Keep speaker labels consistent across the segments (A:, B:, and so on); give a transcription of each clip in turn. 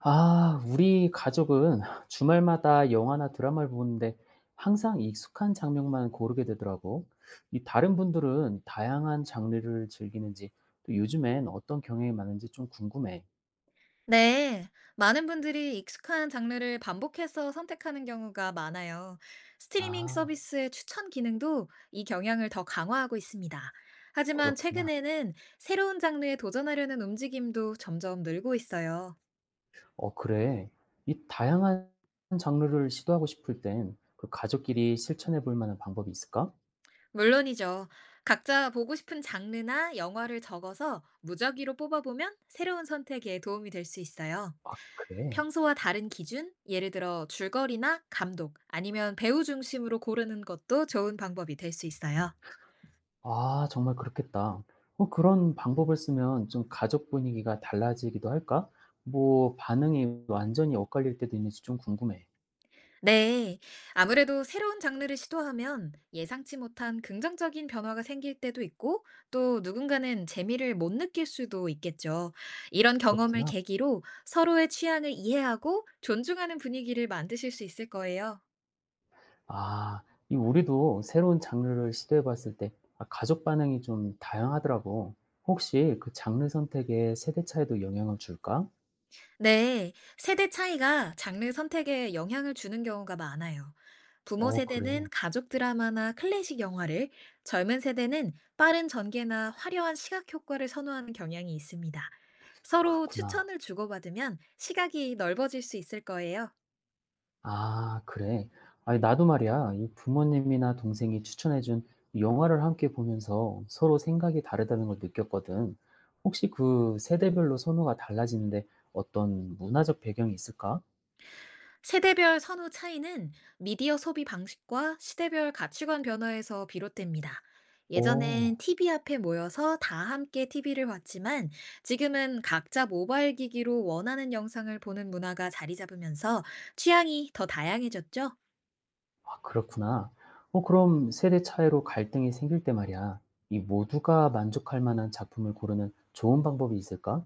A: 아, 우리 가족은 주말마다 영화나 드라마를 보는데 항상 익숙한 장면만 고르게 되더라고. 이 다른 분들은 다양한 장르를 즐기는지, 또 요즘엔 어떤 경향이 많은지 좀 궁금해.
B: 네, 많은 분들이 익숙한 장르를 반복해서 선택하는 경우가 많아요. 스트리밍
A: 아,
B: 서비스의 추천 기능도 이 경향을 더 강화하고 있습니다. 하지만
A: 그렇구나.
B: 최근에는 새로운 장르에 도전하려는 움직임도 점점 늘고 있어요.
A: 어, 그래. 이 다양한 장르를 시도하고 싶을 땐 그 가족끼리 실천해 볼 만한 방법이 있을까?
B: 물론이죠. 각자 보고 싶은 장르나 영화를 적어서 무작위로 뽑아보면 새로운 선택에 도움이 될 수 있어요.
A: 아, 그래.
B: 평소와 다른 기준, 예를 들어 줄거리나 감독, 아니면 배우 중심으로 고르는 것도 좋은 방법이 될 수 있어요.
A: 아 정말 그렇겠다. 어 그런 방법을 쓰면 좀 가족 분위기가 달라지기도 할까? 뭐 반응이 완전히 엇갈릴 때도 있는지 좀 궁금해.
B: 네. 아무래도 새로운 장르를 시도하면 예상치 못한 긍정적인 변화가 생길 때도 있고 또 누군가는 재미를 못 느낄 수도 있겠죠. 이런 경험을
A: 그렇구나.
B: 계기로 서로의 취향을 이해하고 존중하는 분위기를 만드실 수 있을 거예요.
A: 아, 이 우리도 새로운 장르를 시도해 봤을 때 아 가족 반응이 좀 다양하더라고. 혹시 그 장르 선택에 세대 차이도 영향을 줄까?
B: 네, 세대 차이가 장르 선택에 영향을 주는 경우가 많아요. 부모
A: 어 그래.
B: 세대는 가족 드라마나 클래식 영화를, 젊은 세대는 빠른 전개나 화려한 시각 효과를 선호하는 경향이 있습니다. 서로
A: 그렇구나.
B: 추천을 주고받으면 시각이 넓어질 수 있을 거예요.
A: 아 그래. 아니 나도 말이야. 이 부모님이나 동생이 추천해 준 영화를 함께 보면서 서로 생각이 다르다는 걸 느꼈거든. 혹시 그 세대별로 선호가 달라지는데 어떤 문화적 배경이 있을까?
B: 세대별 선호 차이는 미디어 소비 방식과 시대별 가치관 변화에서 비롯됩니다. 예전엔
A: 오,
B: TV 앞에 모여서 다 함께 TV를 봤지만 지금은 각자 모바일 기기로 원하는 영상을 보는 문화가 자리 잡으면서 취향이 더 다양해졌죠?
A: 아 그렇구나. 어 그럼 세대 차이로 갈등이 생길 때 말이야. 이 모두가 만족할 만한 작품을 고르는 좋은 방법이 있을까?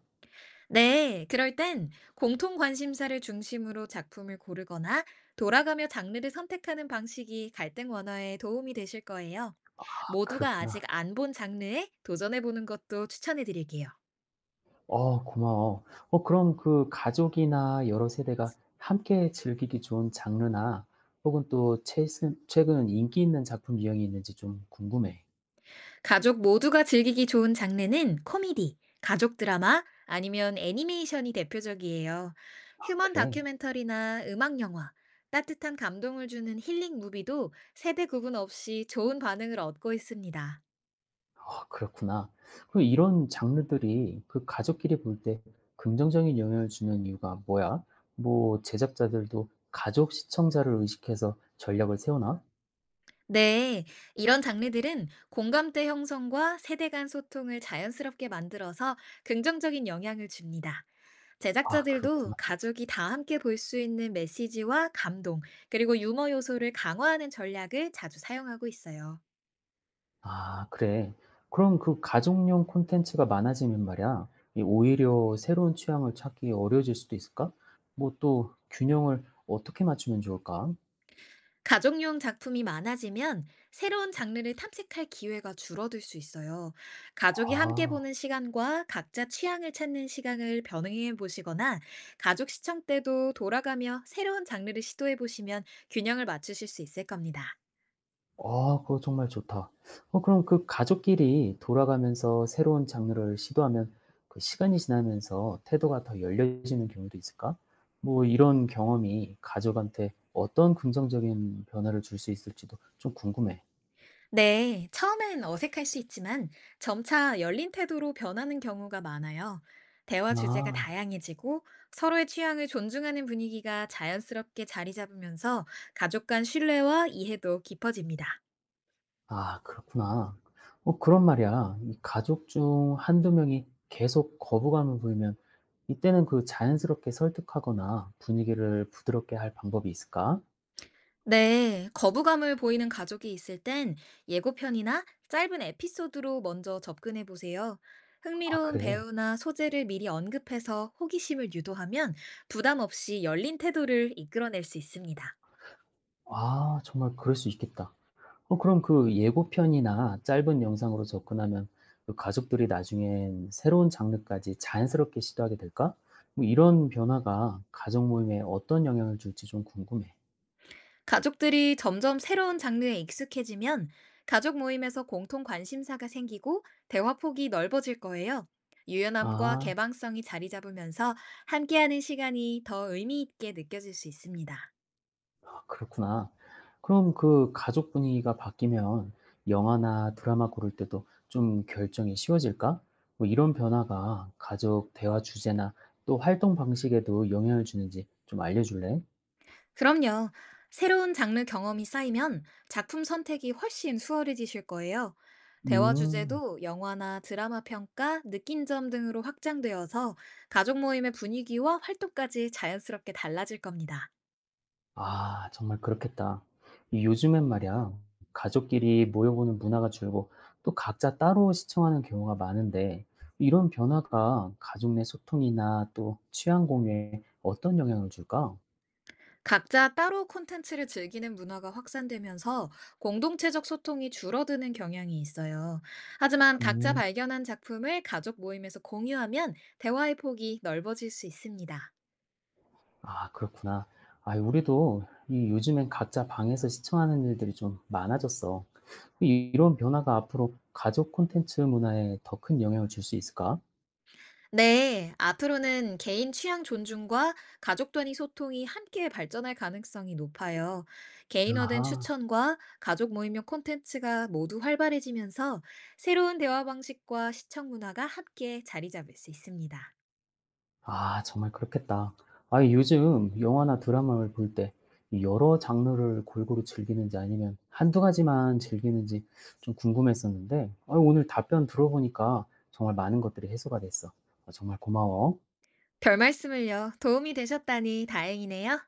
B: 네, 그럴 땐 공통 관심사를 중심으로 작품을 고르거나 돌아가며 장르를 선택하는 방식이 갈등 완화에 도움이 되실 거예요.
A: 아
B: 모두가 아직
A: 그렇구나.
B: 안 본 장르에 도전해보는 것도 추천해드릴게요.
A: 어 고마워. 어 그럼 그 가족이나 여러 세대가 함께 즐기기 좋은 장르나 혹은 또 최근 인기 있는 작품 유형이 있는지 좀 궁금해.
B: 가족 모두가 즐기기 좋은 장르는 코미디, 가족 드라마, 아니면 애니메이션이 대표적이에요.
A: 아
B: 휴먼
A: 그래?
B: 다큐멘터리나 음악 영화, 따뜻한 감동을 주는 힐링 무비도 세대 구분 없이 좋은 반응을 얻고 있습니다.
A: 아 그렇구나. 그럼 이런 장르들이 그 가족끼리 볼 때 긍정적인 영향을 주는 이유가 뭐야? 뭐 제작자들도 가족 시청자를 의식해서 전략을 세우나?
B: 네, 이런 장르들은 공감대 형성과 세대 간 소통을 자연스럽게 만들어서 긍정적인 영향을 줍니다.
A: 아
B: 제작자들도
A: 그렇구나.
B: 가족이 다 함께 볼 수 있는 메시지와 감동, 그리고 유머 요소를 강화하는 전략을 자주 사용하고 있어요.
A: 아 그래. 그럼 그 가족용 콘텐츠가 많아지면 말이야. 이 오히려 새로운 취향을 찾기 어려워질 수도 있을까? 뭐 또 균형을 어떻게 맞추면 좋을까?
B: 가족용 작품이 많아지면 새로운 장르를 탐색할 기회가 줄어들 수 있어요. 가족이 함께
A: 아.
B: 보는 시간과 각자 취향을 찾는 시간을 병행해 보시거나 가족 시청 때도 돌아가며 새로운 장르를 시도해 보시면 균형을 맞추실 수 있을 겁니다.
A: 아 그거 정말 좋다. 어 그럼 그 가족끼리 돌아가면서 새로운 장르를 시도하면 그 시간이 지나면서 태도가 더 열려지는 경우도 있을까? 뭐 이런 경험이 가족한테 어떤 긍정적인 변화를 줄 수 있을지도 좀 궁금해.
B: 네, 처음엔 어색할 수 있지만 점차 열린 태도로 변하는 경우가 많아요. 대화 주제가
A: 아.
B: 다양해지고 서로의 취향을 존중하는 분위기가 자연스럽게 자리 잡으면서 가족 간 신뢰와 이해도 깊어집니다.
A: 아 그렇구나. 어 그런 말이야 이 가족 중 한두 명이 계속 거부감을 보이면 이때는 그 자연스럽게 설득하거나 분위기를 부드럽게 할 방법이 있을까?
B: 네, 거부감을 보이는 가족이 있을 땐 예고편이나 짧은 에피소드로 먼저 접근해 보세요.
A: 아
B: 흥미로운
A: 그래.
B: 배우나 소재를 미리 언급해서 호기심을 유도하면 부담 없이 열린 태도를 이끌어낼 수 있습니다.
A: 아 정말 그럴 수 있겠다. 어 그럼 그 예고편이나 짧은 영상으로 접근하면 그 가족들이 나중엔 새로운 장르까지 자연스럽게 시도하게 될까? 뭐 이런 변화가 가족 모임에 어떤 영향을 줄지 좀 궁금해.
B: 가족들이 점점 새로운 장르에 익숙해지면 가족 모임에서 공통 관심사가 생기고 대화 폭이 넓어질 거예요. 유연함과
A: 아.
B: 개방성이 자리 잡으면서 함께하는 시간이 더 의미 있게 느껴질 수 있습니다.
A: 그렇구나. 그럼 그 가족 분위기가 바뀌면 영화나 드라마 고를 때도 좀 결정이 쉬워질까? 뭐 이런 변화가 가족 대화 주제나 또 활동 방식에도 영향을 주는지 좀 알려줄래?
B: 그럼요. 새로운 장르 경험이 쌓이면 작품 선택이 훨씬 수월해지실 거예요. 대화
A: 음,
B: 주제도 영화나 드라마 평가, 느낀 점 등으로 확장되어서 가족 모임의 분위기와 활동까지 자연스럽게 달라질 겁니다.
A: 아, 정말 그렇겠다. 이 요즘엔 말이야, 가족끼리 모여보는 문화가 줄고 또 각자 따로 시청하는 경우가 많은데 이런 변화가 가족 내 소통이나 또 취향 공유에 어떤 영향을 줄까?
B: 각자 따로 콘텐츠를 즐기는 문화가 확산되면서 공동체적 소통이 줄어드는 경향이 있어요. 하지만 각자
A: 음.
B: 발견한 작품을 가족 모임에서 공유하면 대화의 폭이 넓어질 수 있습니다.
A: 아 그렇구나. 아이 우리도 이 요즘엔 각자 방에서 시청하는 일들이 좀 많아졌어. 이런 변화가 앞으로 가족 콘텐츠 문화에 더 큰 영향을 줄 수 있을까?
B: 네, 앞으로는 개인 취향 존중과 가족 단위 소통이 함께 발전할 가능성이 높아요. 개인화된
A: 아하.
B: 추천과 가족 모임용 콘텐츠가 모두 활발해지면서 새로운 대화 방식과 시청 문화가 함께 자리 잡을 수 있습니다.
A: 아 정말 그렇겠다. 아이 요즘 영화나 드라마를 볼 때 여러 장르를 골고루 즐기는지 아니면 한두 가지만 즐기는지 좀 궁금했었는데 아 오늘 답변 들어보니까 정말 많은 것들이 해소가 됐어. 아, 정말 고마워.
B: 별말씀을요. 도움이 되셨다니 다행이네요.